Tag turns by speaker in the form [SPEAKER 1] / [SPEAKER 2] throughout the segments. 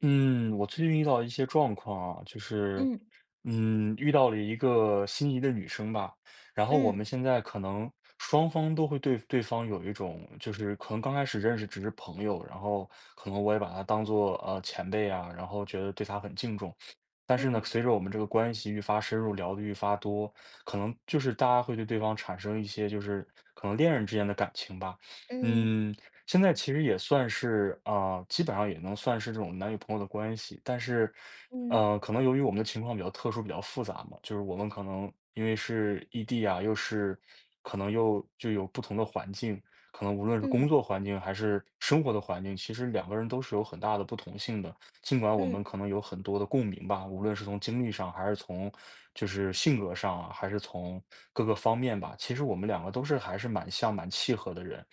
[SPEAKER 1] 嗯，我最近遇到一些状况啊，就是，
[SPEAKER 2] 嗯
[SPEAKER 1] 遇到了一个心仪的女生吧，然后我们
[SPEAKER 2] 嗯
[SPEAKER 1] 现在可能双方都会对对方有一种，就是可能刚开始认识只是朋友，然后可能我也把她当做前辈啊，然后觉得对她很敬重，但是呢，
[SPEAKER 2] 嗯
[SPEAKER 1] 随着我们这个关系愈发深入，聊得愈发多，可能就是大家会对对方产生一些就是可能恋人之间的感情吧。
[SPEAKER 2] 嗯
[SPEAKER 1] 嗯。现在其实也算是啊，基本上也能算是这种男女朋友的关系，但是，
[SPEAKER 2] 嗯
[SPEAKER 1] 可能由于我们的情况比较特殊、比较复杂嘛，就是我们可能因为是异地啊，又是可能又就有不同的环境，可能无论是工
[SPEAKER 2] 嗯
[SPEAKER 1] 作环境还是生活的环境，其实两个人都是有很大的不同性的。尽管我们
[SPEAKER 2] 嗯
[SPEAKER 1] 可能有很多的共鸣吧，无论是从经历上，还是从就是性格上啊，还是从各个方面吧，其实我们两个都是还是蛮像、蛮契合的人。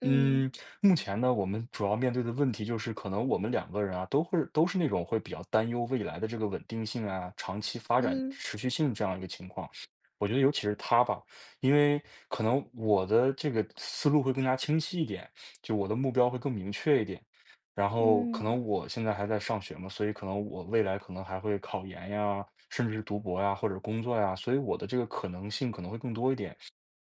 [SPEAKER 2] 嗯
[SPEAKER 1] 嗯，目前呢，我们主要面对的问题就是，可能我们两个人啊，都是那种会比较担忧未来的这个稳定性啊、长期发展
[SPEAKER 2] 嗯
[SPEAKER 1] 持续性这样一个情况。我觉得尤其是他吧，因为可能我的这个思路会更加清晰一点，就我的目标会更明确一点。然后可
[SPEAKER 2] 嗯，
[SPEAKER 1] 能我现在还在上学嘛，所以可能我未来可能还会考研呀，甚至是读博呀，或者工作呀，所以我的这个可能性可能会更多一点。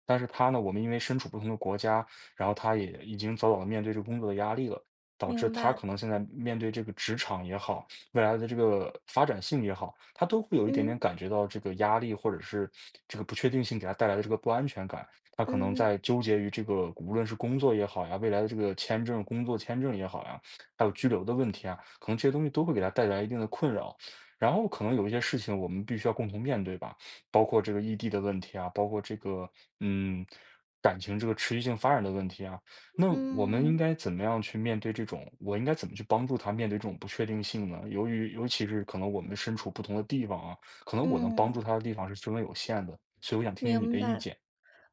[SPEAKER 1] 但是他呢，我们因为身处不同的国家，然后他也已经早早地面对这个工作的压力了，导致
[SPEAKER 2] 明
[SPEAKER 1] 他
[SPEAKER 2] 白，
[SPEAKER 1] 可能现在面对这个职场也好，未来的这个发展性也好，他都会有一点点
[SPEAKER 2] 嗯
[SPEAKER 1] 感觉到这个压力，或者是这个不确定性给他带来的这个不安全感。他可能
[SPEAKER 2] 嗯
[SPEAKER 1] 在纠结于这个无论是工作也好呀，未来的这个签证工作签证也好呀，还有居留的问题啊，可能这些东西都会给他带来一定的困扰。然后可能有一些事情我们必须要共同面对吧，包括这个异地的问题啊，包括这个，嗯，感情这个持续性发展的问题啊，那我们应
[SPEAKER 2] 嗯
[SPEAKER 1] 该怎么样去面对这种？我应该怎么去帮助他面对这种不确定性呢？尤其是可能我们身处不同的地方啊，可能我能帮
[SPEAKER 2] 嗯，
[SPEAKER 1] 助他的地方是十分有限的，所以我想听听你
[SPEAKER 2] 明
[SPEAKER 1] 的意
[SPEAKER 2] 白。
[SPEAKER 1] 见。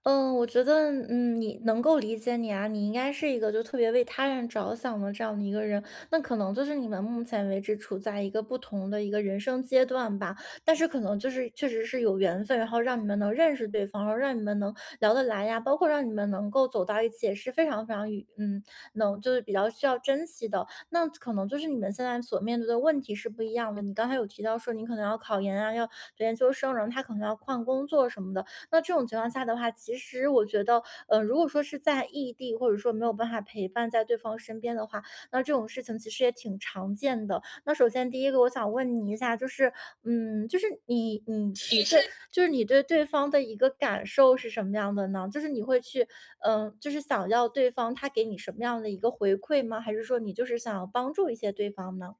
[SPEAKER 2] 嗯，我觉得，你能够理解你啊，你应该是一个就特别为他人着想的这样的一个人。那可能就是你们目前为止处在一个不同的一个人生阶段吧，但是可能就是确实是有缘分，然后让你们能认识对方，然后让你们能聊得来呀，包括让你们能够走到一起，也是非常非常与能就是比较需要珍惜的。那可能就是你们现在所面对的问题是不一样的。你刚才有提到说你可能要考研啊，要读研究生，然后他可能要换工作什么的。那这种情况下的话，其实我觉得，如果说是在异地，或者说没有办法陪伴在对方身边的话，那这种事情其实也挺常见的。那首先第一个，我想问你一下，就是，就是你对，就是你对对方的一个感受是什么样的呢？就是你会去，就是想要对方他给你什么样的一个回馈吗？还是说你就是想要帮助一些对方呢？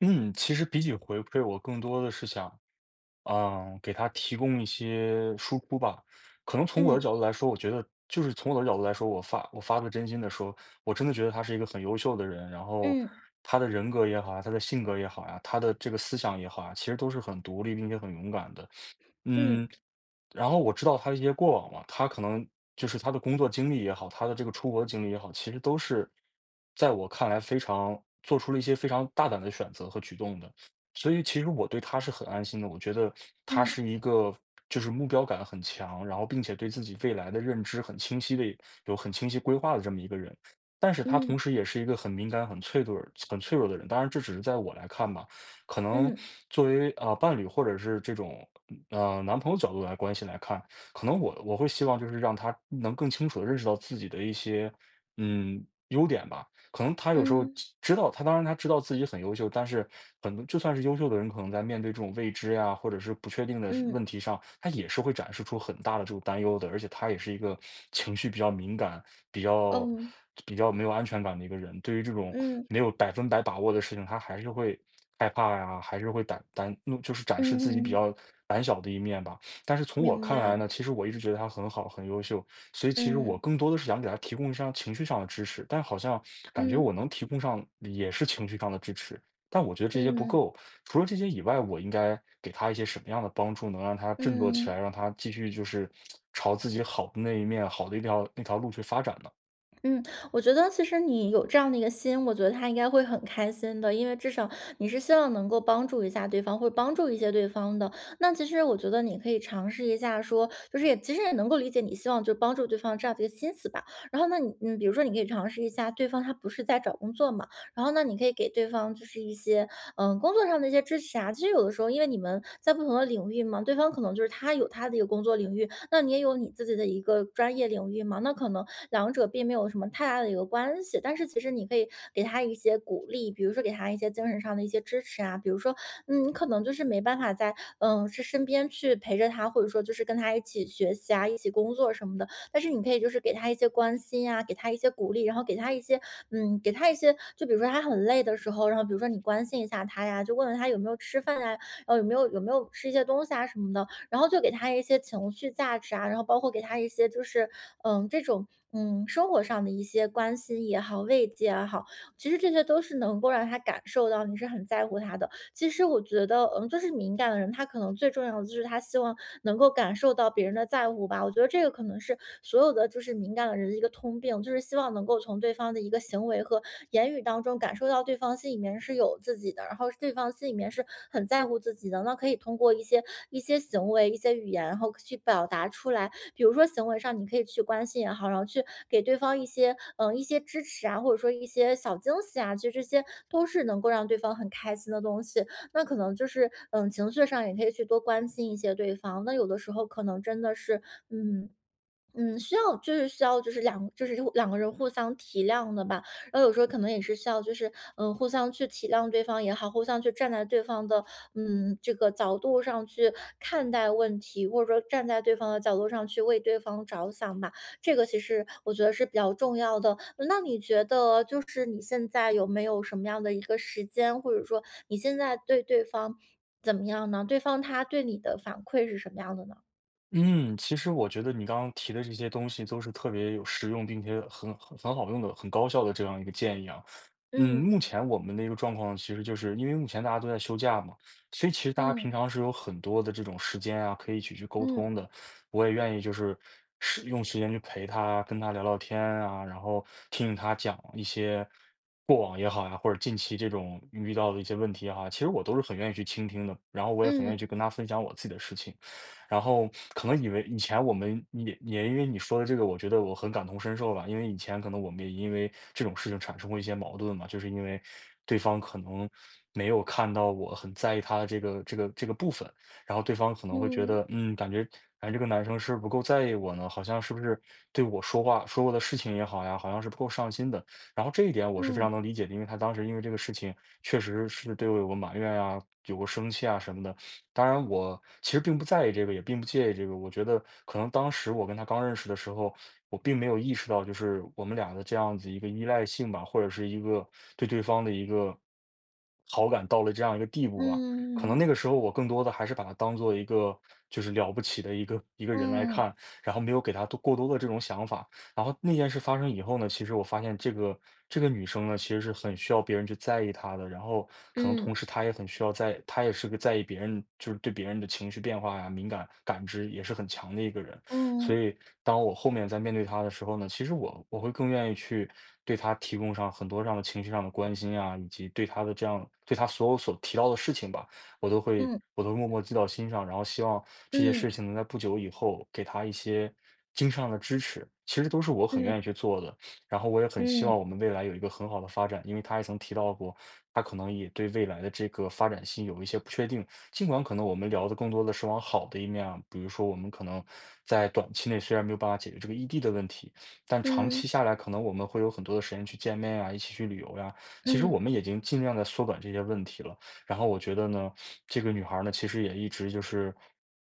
[SPEAKER 1] 嗯，其实比起回馈，我更多的是想给他提供一些输出吧。可能从我的
[SPEAKER 2] 嗯
[SPEAKER 1] 角度来说，我觉得就是从我的角度来说，我发自真心的说，我真的觉得他是一个很优秀的人。然后
[SPEAKER 2] 嗯
[SPEAKER 1] 他的人格也好啊，他的性格也好呀，他的这个思想也好啊，其实都是很独立并且很勇敢的。嗯，
[SPEAKER 2] 嗯
[SPEAKER 1] 然后我知道他的一些过往嘛，他可能就是他的工作经历也好，他的这个出国的经历也好，其实都是在我看来非常做出了一些非常大胆的选择和举动的。所以其实我对他是很安心的，我觉得他是
[SPEAKER 2] 嗯
[SPEAKER 1] 一个就是目标感很强，然后并且对自己未来的认知很清晰的，有很清晰规划的这么一个人。但是他
[SPEAKER 2] 嗯
[SPEAKER 1] 同时也是一个很敏感、很脆弱、很脆弱的人。当然，这只是在我来看吧。可能
[SPEAKER 2] 嗯
[SPEAKER 1] 作为啊、伴侣或者是这种男朋友角度来关系来看，可能我会希望就是让他能更清楚的认识到自己的一些嗯优点吧，可能他有时候
[SPEAKER 2] 嗯
[SPEAKER 1] 知道，他当然他知道自己很优秀，但是很多就算是优秀的人，可能在面对这种未知呀，或者是不确定的
[SPEAKER 2] 嗯
[SPEAKER 1] 问题上，他也是会展示出很大的这种担忧的。而且他也是一个情绪比较敏感、比较
[SPEAKER 2] 嗯
[SPEAKER 1] 比较没有安全感的一个人。对于这种
[SPEAKER 2] 嗯。
[SPEAKER 1] 没有百分百把握的事情，他还是会害怕呀，还是会胆，就是展示自己比
[SPEAKER 2] 嗯，
[SPEAKER 1] 较胆小的一面吧。但是从我
[SPEAKER 2] 明
[SPEAKER 1] 看来
[SPEAKER 2] 白，
[SPEAKER 1] 呢，其实我一直觉得他很好，很优秀，所以其实我
[SPEAKER 2] 嗯，
[SPEAKER 1] 更多的是想给他提供一上情绪上的支持，但好像感觉
[SPEAKER 2] 嗯，
[SPEAKER 1] 我能提供上也是情绪上的支持，但我觉得这些不
[SPEAKER 2] 嗯，
[SPEAKER 1] 够。除了这些以外，我应该给他一些什么样的帮助，能让他振作起来，
[SPEAKER 2] 嗯。
[SPEAKER 1] 让他继续就是朝自己好的那一面、好的一条那条路去发展呢？
[SPEAKER 2] 嗯，我觉得其实你有这样的一个心，我觉得他应该会很开心的，因为至少你是希望能够帮助一下对方，或者帮助一些对方的。那其实我觉得你可以尝试一下说，就是也其实也能够理解你希望就帮助对方这样的一个心思吧。然后呢，你比如说你可以尝试一下，对方他不是在找工作嘛，然后呢，你可以给对方就是一些工作上的一些支持啊。其实有的时候因为你们在不同的领域嘛，对方可能就是他有他的一个工作领域，那你也有你自己的一个专业领域嘛，那可能。两者并没有什么太大的一个关系。但是其实你可以给他一些鼓励，比如说给他一些精神上的一些支持啊，比如说，你可能就是没办法在是身边去陪着他，或者说就是跟他一起学习啊，一起工作什么的。但是你可以就是给他一些关心呀、给他一些鼓励，然后给他一些给他一些，就比如说他很累的时候，然后比如说你关心一下他呀，就问问他有没有吃饭呀，然后有没有吃一些东西啊什么的。然后就给他一些情绪价值啊，然后包括给他一些就是这种生活上的一些关心也好、慰藉也好，其实这些都是能够让他感受到你是很在乎他的。其实我觉得，就是敏感的人，他可能最重要的就是他希望能够感受到别人的在乎吧。我觉得这个可能是所有的就是敏感的人的一个通病，就是希望能够从对方的一个行为和言语当中感受到对方心里面是有自己的，然后对方心里面是很在乎自己的。那可以通过一些行为、一些语言，然后去表达出来。比如说行为上，你可以去关心也好，然后去给对方一些一些支持啊，或者说一些小惊喜啊，其实这些都是能够让对方很开心的东西。那可能就是，情绪上也可以去多关心一些对方。那有的时候可能真的是，嗯，需要就是两个人互相体谅的吧，然后有时候可能也是需要就是互相去体谅对方也好，互相去站在对方的这个角度上去看待问题，或者说站在对方的角度上去为对方着想吧，这个其实我觉得是比较重要的。那你觉得就是你现在有没有什么样的一个时间，或者说你现在对对方怎么样呢？对方他对你的反馈是什么样的呢？
[SPEAKER 1] 嗯，其实我觉得你刚刚提的这些东西都是特别有实用，并且很好用的、很高效的这样一个建议啊。嗯，
[SPEAKER 2] 嗯
[SPEAKER 1] 目前我们的一个状况，其实就是因为目前大家都在休假嘛，所以其实大家平
[SPEAKER 2] 嗯
[SPEAKER 1] 常是有很多的这种时间啊，可以一起去沟通
[SPEAKER 2] 嗯。
[SPEAKER 1] 的。我也愿意就是是用时间去陪他，跟他聊聊天啊，然后听听他讲一些过往也好呀、或者近期这种遇到的一些问题也好啊，其实我都是很愿意去倾听的，然后我也很愿意去
[SPEAKER 2] 嗯，
[SPEAKER 1] 跟他分享我自己的事情。然后可能以为以前我们也因为你说的这个，我觉得我很感同身受吧，因为以前可能我们也因为这种事情产生过一些矛盾嘛，就是因为对方可能没有看到我很在意他的这个部分，然后对方可能会觉
[SPEAKER 2] 嗯，
[SPEAKER 1] 得，嗯，感觉这个男生是不是不够在意我呢，好像是不是对我说话说过的事情也好呀，好像是不够上心的。然后这一点我是非
[SPEAKER 2] 嗯，
[SPEAKER 1] 常能理解的，因为他当时因为这个事情确实是对我有过埋怨啊，有过生气啊什么的。当然我其实并不在意这个，也并不介意这个。我觉得可能当时我跟他刚认识的时候，我并没有意识到，就是我们俩的这样子一个依赖性吧，或者是一个对对方的一个好感到了这样一个地步吧。可能那
[SPEAKER 2] 嗯，
[SPEAKER 1] 个时候我更多的还是把他当做一个就是了不起的一个人来
[SPEAKER 2] 嗯，
[SPEAKER 1] 看，然后没有给他过多的这种想法。然后那件事发生以后呢，其实我发现这个女生呢，其实是很需要别人去在意她的，然后可能
[SPEAKER 2] 嗯，
[SPEAKER 1] 同时她也是个在意别人，就是对别人的情绪变化呀、敏感感知也是很强的一个人。所
[SPEAKER 2] 嗯，
[SPEAKER 1] 以当我后面在面对她的时候呢，其实我会更愿意去对她提供上很多这样的情绪上的关心啊，以及对她的对她所有所提到的事情吧。
[SPEAKER 2] 嗯，
[SPEAKER 1] 我都会默默记到心上，然后希望这些事
[SPEAKER 2] 嗯，
[SPEAKER 1] 情能在不久以后给他一些精神上的支持。其实都是我很
[SPEAKER 2] 嗯，
[SPEAKER 1] 愿意去做的，然后我也很希
[SPEAKER 2] 嗯，嗯，
[SPEAKER 1] 望我们未来有一个很好的发展，因为他也曾提到过，他可能也对未来的这个发展性有一些不确定。尽管可能我们聊的更多的是往好的一面啊，比如说我们可能在短期内虽然没有办法解决这个异地的问题，但长
[SPEAKER 2] 嗯，
[SPEAKER 1] 期下来可能我们会有很多的时间去见面啊，一起去旅游呀、其实我
[SPEAKER 2] 嗯，
[SPEAKER 1] 们已经尽量在缩短这些问题了。然后我觉得呢，这个女孩儿呢，其实也一直就是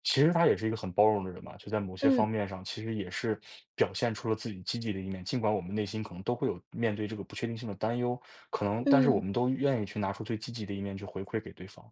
[SPEAKER 1] 其实她也是一个很包容的人嘛，就在某些方
[SPEAKER 2] 嗯。
[SPEAKER 1] 面上，其实也是表现出了自己积极的一面。尽管我们内心可能都会有面对这个不确定性的担忧，可能但是我
[SPEAKER 2] 嗯
[SPEAKER 1] 们都愿意去拿出最积极的一面去回馈给对方。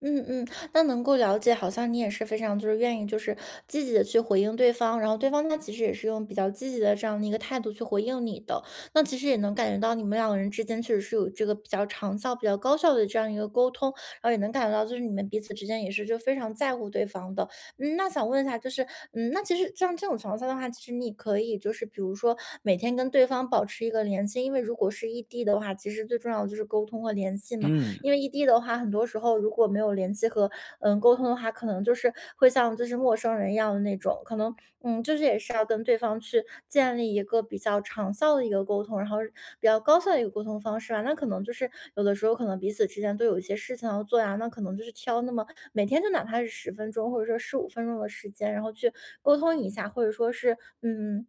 [SPEAKER 2] 嗯嗯，那能够了解，好像你也是非常就是愿意就是积极的去回应对方，然后对方他其实也是用比较积极的这样的一个态度去回应你的，那其实也能感觉到你们两个人之间确实是有这个比较长效、比较高效的这样一个沟通，然后也能感觉到就是你们彼此之间也是就非常在乎对方的。嗯，那想问一下，就是那其实像这种情况下的话，其实你可以就是比如说每天跟对方保持一个联系，因为如果是异地的话，其实最重要的就是沟通和联系嘛。
[SPEAKER 1] 嗯。
[SPEAKER 2] 因为异地的话，很多时候如果没有联系和沟通的话，可能就是会像就是陌生人一样的那种，可能就是也是要跟对方去建立一个比较长效的一个沟通，然后比较高效的一个沟通方式吧。那可能就是有的时候可能彼此之间都有一些事情要做呀，那可能就是挑那么每天就哪怕是10分钟或者说15分钟的时间，然后去沟通一下，或者说是。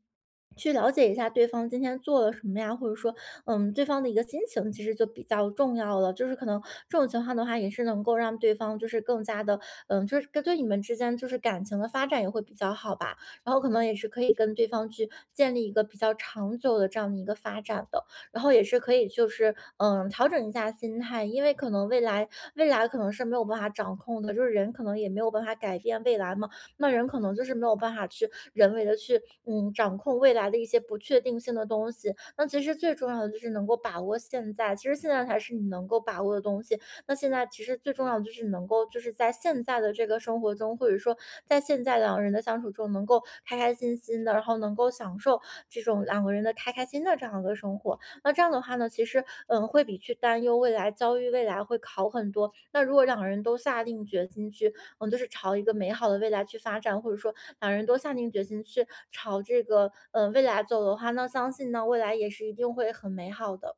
[SPEAKER 2] 去了解一下对方今天做了什么呀，或者说，对方的一个心情其实就比较重要了。就是可能这种情况的话，也是能够让对方就是更加的，就是你们之间就是感情的发展也会比较好吧。然后可能也是可以跟对方去建立一个比较长久的这样的一个发展的。然后也是可以就是调整一下心态，因为可能未来可能是没有办法掌控的，就是人可能也没有办法改变未来嘛。那人可能就是没有办法去人为的去，掌控未来的一些不确定性的东西。那其实最重要的就是能够把握现在，其实现在才是你能够把握的东西。那现在其实最重要的就是能够就是在现在的这个生活中，或者说在现在两个人的相处中能够开开心心的，然后能够享受这种两个人的开开心的这样一个生活。那这样的话呢，其实，会比去担忧未来、焦虑未来会好很多。那如果两个人都下定决心去就是朝一个美好的未来去发展，或者说两人都下定决心去朝这个，未来走的话，那相信呢，未来也是一定会很美好的。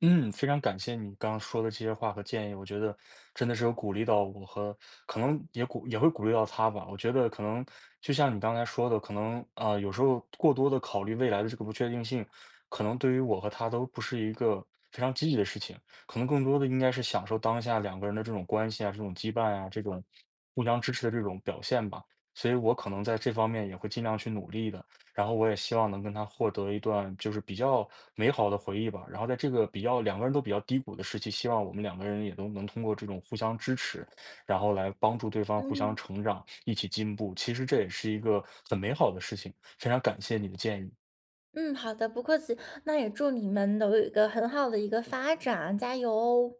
[SPEAKER 1] 嗯，非常感谢你刚刚说的这些话和建议，我觉得真的是有鼓励到我和可能也会鼓励到他吧。我觉得可能就像你刚才说的，可能啊、有时候过多的考虑未来的这个不确定性，可能对于我和他都不是一个非常积极的事情。可能更多的应该是享受当下两个人的这种关系啊、这种羁绊啊、这种互相支持的这种表现吧。所以我可能在这方面也会尽量去努力的。然后我也希望能跟他获得一段就是比较美好的回忆吧。然后在这个比较两个人都比较低谷的时期，希望我们两个人也都能通过这种互相支持，然后来帮助对方互相
[SPEAKER 2] 嗯，
[SPEAKER 1] 成长，一起进步。其实这也是一个很美好的事情，非常感谢你的建议。
[SPEAKER 2] 嗯，好的，不客气，那也祝你们都有一个很好的一个发展，加油哦。